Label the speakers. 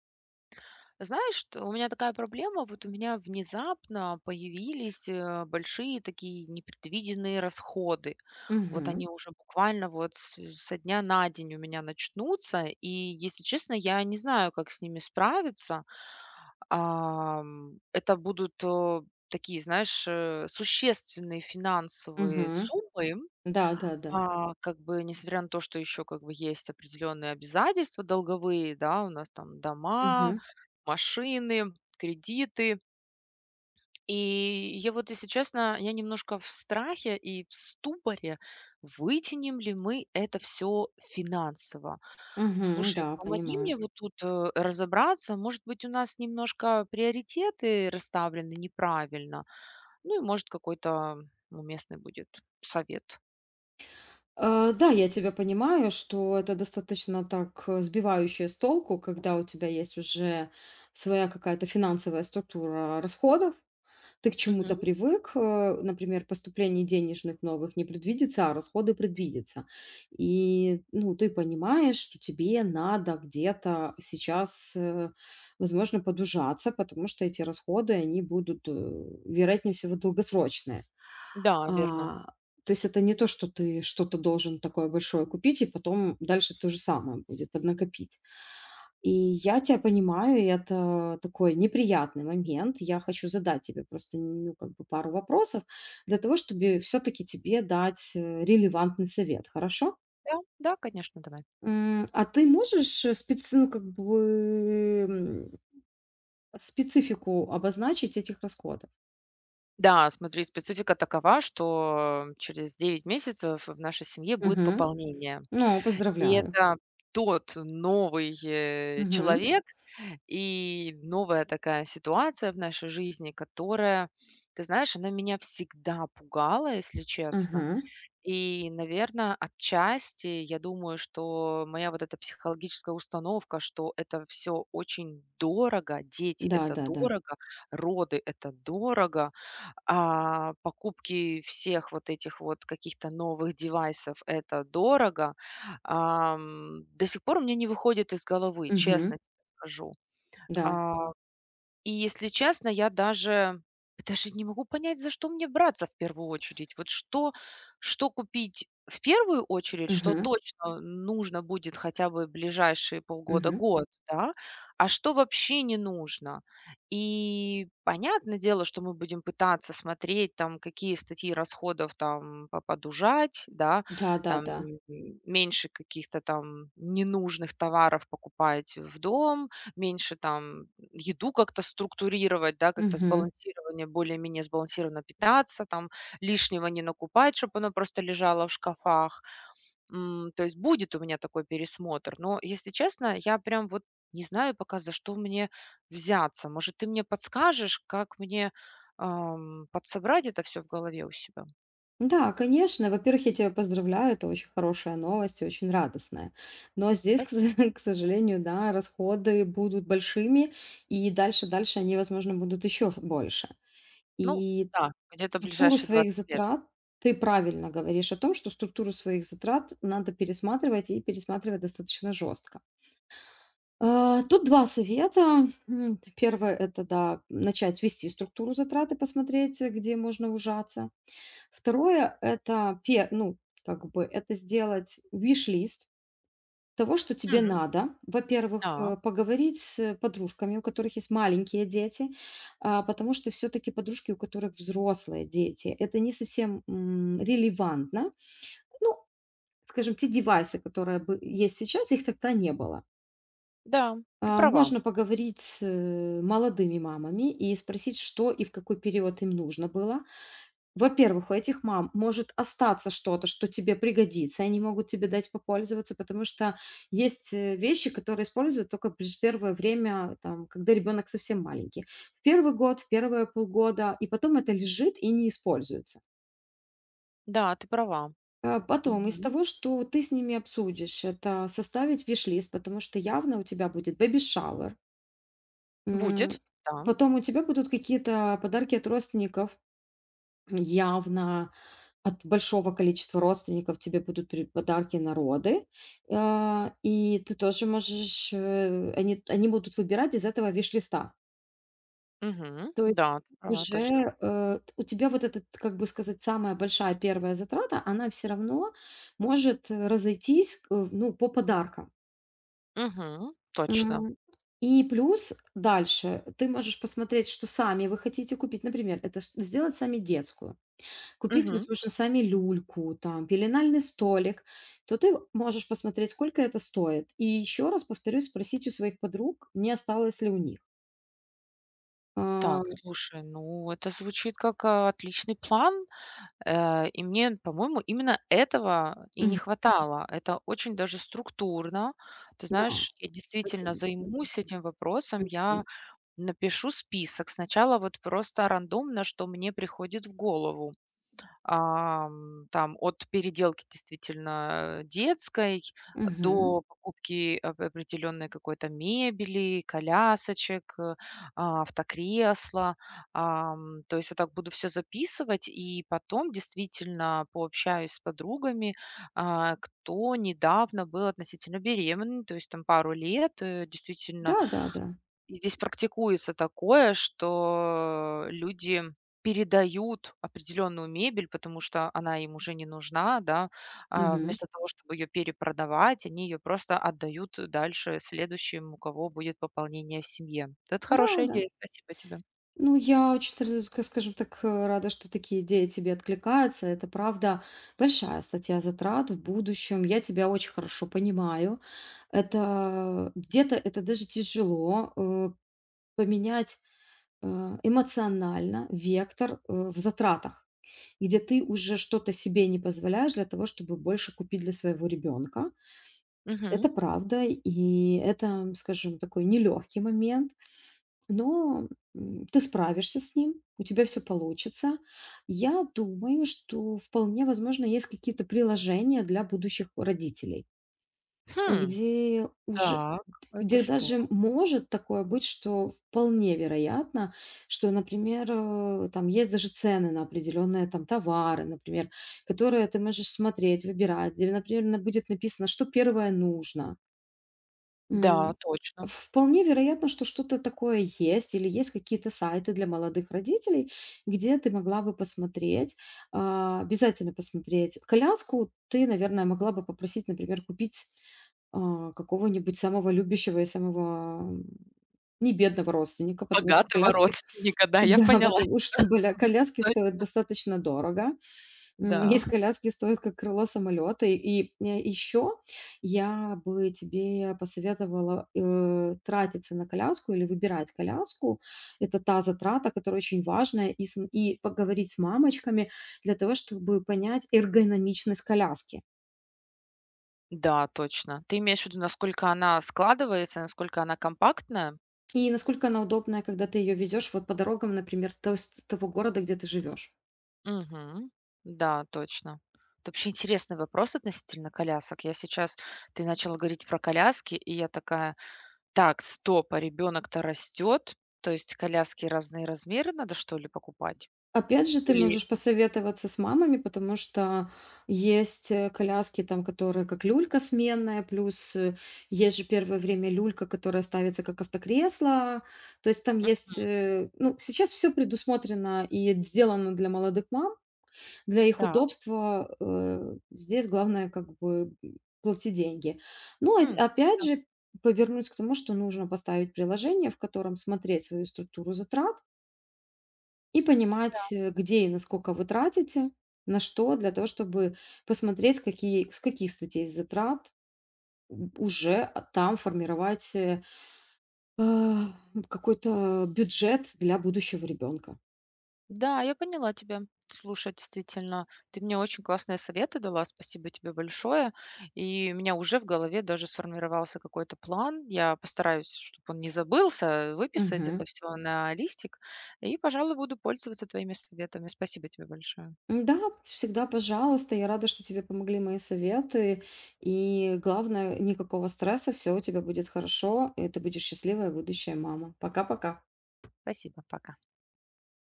Speaker 1: Знаешь, что у меня такая проблема. Вот у меня внезапно появились большие такие непредвиденные расходы. Вот
Speaker 2: Мгм,
Speaker 1: они уже буквально вот со дня на день у меня начнутся, и, если честно, я не знаю, как с ними справиться. Это будут такие, знаешь, существенные финансовые
Speaker 2: мгм.
Speaker 1: суммы,
Speaker 2: Да, да, да.
Speaker 1: а, как бы, несмотря на то, что еще, как бы, есть определенные обязательства долговые, да, у нас там дома,
Speaker 2: Мгм,
Speaker 1: машины, кредиты. И я вот, если честно, я немножко в страхе и в ступоре, вытянем ли мы это все финансово.
Speaker 2: мгм.
Speaker 1: Слушай,
Speaker 2: Да,
Speaker 1: помоги
Speaker 2: понимаю.
Speaker 1: мне вот тут разобраться. Может быть, у нас немножко приоритеты расставлены неправильно. Ну и, может, какой-то уместный будет совет.
Speaker 2: Да, я тебя понимаю, что это достаточно так сбивающее с толку, когда у тебя есть уже своя какая-то финансовая структура расходов. Ты к
Speaker 1: Мгм.
Speaker 2: чему-то привык, например, поступлений денежных новых не предвидится, а расходы предвидятся. И, ну, ты понимаешь, что тебе надо где-то сейчас, возможно, подужаться, потому что эти расходы, они будут, вероятнее всего, долгосрочные.
Speaker 1: Да, верно.
Speaker 2: А, то есть это не то, что ты что-то должен такое большое купить, и потом дальше то же самое будет поднакопить. И я тебя понимаю, и это такой неприятный момент. Я хочу задать тебе просто, ну, как бы пару вопросов для того, чтобы все таки тебе дать, релевантный совет, хорошо?
Speaker 1: Да, да, конечно, давай.
Speaker 2: М, а ты можешь, как бы, специфику обозначить этих расходов?
Speaker 1: Да, смотри, специфика такова, что через 9 месяцев в нашей семье будет
Speaker 2: Мгм.
Speaker 1: пополнение.
Speaker 2: Ну,
Speaker 1: И
Speaker 2: поздравляю.
Speaker 1: это тот новый
Speaker 2: Мгм.
Speaker 1: человек и новая такая ситуация в нашей жизни, которая, ты знаешь, она меня всегда пугала, если честно.
Speaker 2: Мгм.
Speaker 1: И, наверное, отчасти, я думаю, что моя вот эта психологическая установка, что это все очень дорого, дети — это
Speaker 2: Да-да-да.
Speaker 1: дорого, роды — это дорого, а, покупки всех вот этих вот каких-то новых девайсов — это дорого, ам, до сих пор у меня не выходит из головы,
Speaker 2: Мгм.
Speaker 1: честно тебе скажу.
Speaker 2: Да.
Speaker 1: А и, если честно, я даже не могу понять, за что мне браться в первую очередь. Вот что купить в первую очередь, что
Speaker 2: Мгм.
Speaker 1: точно нужно будет хотя бы ближайшие полгода,
Speaker 2: Мгм.
Speaker 1: год, да, а что вообще не нужно. И понятное дело, что мы будем пытаться смотреть, там, какие статьи расходов там по подужать, да, там,
Speaker 2: Да-да-да.
Speaker 1: меньше каких-то там ненужных товаров покупать в дом, меньше там еду как-то структурировать, да, как-то
Speaker 2: Мгм.
Speaker 1: сбалансирование, более-менее сбалансированно питаться, там лишнего не накупать, чтобы оно просто лежало в шкафах. М, то есть будет у меня такой пересмотр. Но, если честно, я прям вот не знаю пока, за что мне взяться. Может, ты мне подскажешь, как мне, подсобрать это все в голове у себя?
Speaker 2: Да, конечно. Во-первых, я тебя поздравляю, это очень хорошая новость и очень радостная. Но здесь,
Speaker 1: Пой,
Speaker 2: к сожалению, да, расходы будут большими, и дальше они, возможно, будут еще больше.
Speaker 1: ну
Speaker 2: И
Speaker 1: да, где-то
Speaker 2: структуру
Speaker 1: ближайшие
Speaker 2: своих
Speaker 1: 20 лет.
Speaker 2: затрат, Ты правильно говоришь о том, что структуру своих затрат надо пересматривать и пересматривать достаточно жестко. А, тут два совета. М, первое — это, да, начать вести структуру затрат и посмотреть, где можно ужаться. Второе — это как бы, это сделать виш-лист того, что тебе
Speaker 1: М,
Speaker 2: надо. Во-первых,
Speaker 1: так,
Speaker 2: поговорить с подружками, у которых есть маленькие дети, а, потому что все таки подружки, у которых взрослые дети, это не совсем, релевантно. Ну, скажем, те девайсы, которые бы есть сейчас, их тогда не было.
Speaker 1: да, ты
Speaker 2: А,
Speaker 1: права.
Speaker 2: можно поговорить с, молодыми мамами и спросить, что и в какой период им нужно было. Во-первых, у этих мам может остаться что-то, что тебе пригодится, и они могут тебе дать попользоваться, потому что есть вещи, которые используют только лишь первое время, там, когда ребенок совсем маленький. В первый год, в первые полгода, и потом это лежит и не используется.
Speaker 1: Да, ты права.
Speaker 2: А потом, из
Speaker 1: Мгм.
Speaker 2: того, что ты с ними обсудишь, это составить виш-лист, потому что явно у тебя будет бэби-шауэр, м,
Speaker 1: Будет, да.
Speaker 2: потом у тебя будут какие-то подарки от родственников. Явно от большого количества родственников тебе будут при подарки народы, а, и ты тоже можешь, э, они будут выбирать из этого виш-листа.
Speaker 1: Мгм.
Speaker 2: То есть
Speaker 1: Да, права, точно.
Speaker 2: уже, у тебя вот этот, как бы сказать, самая большая первая затрата, она все равно может разойтись, э, ну, по подаркам.
Speaker 1: Мгм. Точно.
Speaker 2: М, и плюс дальше ты можешь посмотреть, что сами вы хотите купить. Например, это ш сделать сами детскую. Купить,
Speaker 1: Мгм.
Speaker 2: возможно, сами люльку, там, пеленальный столик, то ты можешь посмотреть, сколько это стоит. И еще раз повторюсь, спросить у своих подруг, не осталось ли у них.
Speaker 1: Так,
Speaker 2: А,
Speaker 1: слушай, ну это звучит как, а, отличный план. И мне, по-моему, именно этого и не
Speaker 2: мгм.
Speaker 1: хватало. Это очень даже структурно. Ты
Speaker 2: Да,
Speaker 1: знаешь, я действительно
Speaker 2: спасибо.
Speaker 1: займусь этим вопросом.
Speaker 2: Мгм.
Speaker 1: Я напишу список. Сначала вот просто рандомно, что мне приходит в голову. Ам, там от переделки действительно, детской
Speaker 2: Мгм.
Speaker 1: до покупки ап определенной какой-то мебели, колясочек, а, автокресла. Ам, то есть я так буду все записывать и потом действительно пообщаюсь с подругами, а, кто недавно был относительно беременный, то есть там пару лет, действительно
Speaker 2: Да-да-да.
Speaker 1: здесь практикуется такое, что люди передают определенную мебель, потому что она им уже не нужна, да. А,
Speaker 2: Мгм.
Speaker 1: вместо того, чтобы ее перепродавать, они ее просто отдают дальше следующим, у кого будет пополнение в семье. Это хорошая
Speaker 2: Да-да.
Speaker 1: идея, спасибо тебе.
Speaker 2: Ну, я очень, скажем так, рада, что такие идеи тебе откликаются. Это, правда, большая статья затрат в будущем. Я тебя очень хорошо понимаю. Это где-то даже тяжело поменять эмоционально, вектор, в затратах, где ты уже что-то себе не позволяешь для того, чтобы больше купить для своего ребенка. Это
Speaker 1: Мгм.
Speaker 2: правда, и это, скажем, такой нелегкий момент, но м, ты справишься с ним, у тебя все получится. Я думаю, что вполне возможно есть какие-то приложения для будущих родителей,
Speaker 1: Хм,
Speaker 2: где уже
Speaker 1: так, это
Speaker 2: где
Speaker 1: что?
Speaker 2: даже может такое быть, что вполне вероятно, что, например, там есть даже цены на определенные там товары, например, которые ты можешь смотреть, выбирать, где, например, будет написано, что первое нужно.
Speaker 1: Да,
Speaker 2: М,
Speaker 1: точно.
Speaker 2: вполне вероятно, что что-то такое есть, или есть какие-то сайты для молодых родителей, где ты могла бы посмотреть, а, обязательно посмотреть коляску. Ты, наверное, могла бы попросить, например, купить а, какого-нибудь самого любящего и самого, не бедного родственника, потому что
Speaker 1: Богатого
Speaker 2: коляски
Speaker 1: родственника, да, я
Speaker 2: да,
Speaker 1: поняла.
Speaker 2: потому что были
Speaker 1: Мгм.
Speaker 2: коляски
Speaker 1: Точ,
Speaker 2: стоят достаточно дорого. М,
Speaker 1: да,
Speaker 2: есть коляски, стоят как крыло самолета. И, еще я бы тебе посоветовала, тратиться на коляску или выбирать коляску. Это та затрата, которая очень важная, и см и поговорить с мамочками для того, чтобы понять эргономичность коляски.
Speaker 1: да, точно. Ты имеешь в виду, насколько она складывается, насколько она компактная?
Speaker 2: И насколько она удобная, когда ты ее везешь вот по дорогам, например, то есть того города, где ты живешь.
Speaker 1: Мгм. Да, точно. Это вообще интересный вопрос относительно колясок. Я сейчас, ты начала говорить про коляски, и я такая: "Так, стоп, а ребенок-то растет, то есть коляски разные размеры надо, что ли, покупать?"
Speaker 2: Опять же, ты
Speaker 1: Или
Speaker 2: можешь посоветоваться с мамами, потому что есть коляски, там, которые как люлька сменная, плюс есть же первое время люлька, которая ставится как автокресло. То есть там
Speaker 1: м,
Speaker 2: есть, ну, сейчас все предусмотрено и сделано для молодых мам, для их
Speaker 1: так,
Speaker 2: удобства, здесь главное как бы, плати деньги. Но ось
Speaker 1: хм.
Speaker 2: опять же повернуть к тому, что нужно поставить приложение, в котором смотреть свою структуру затрат и понимать, где и насколько вы тратите, на что, для того, чтобы посмотреть, какие с каких статей затрат у уже, а, там формировать, э, а, какой-то бюджет для будущего ребенка.
Speaker 1: Да, я поняла тебя. Слушай, действительно, ты мне очень классные советы дала, спасибо тебе большое. И у меня уже в голове даже сформировался какой-то план. Я постараюсь, чтобы он не забылся, выписать это все на листик. И, пожалуй, буду пользоваться твоими советами. Спасибо тебе большое.
Speaker 2: Да, всегда, пожалуйста. Я рада, что тебе помогли мои советы. И главное, никакого стресса, все у тебя будет хорошо, и ты будешь счастливая будущая мама. Пока-пока.
Speaker 1: Спасибо, пока.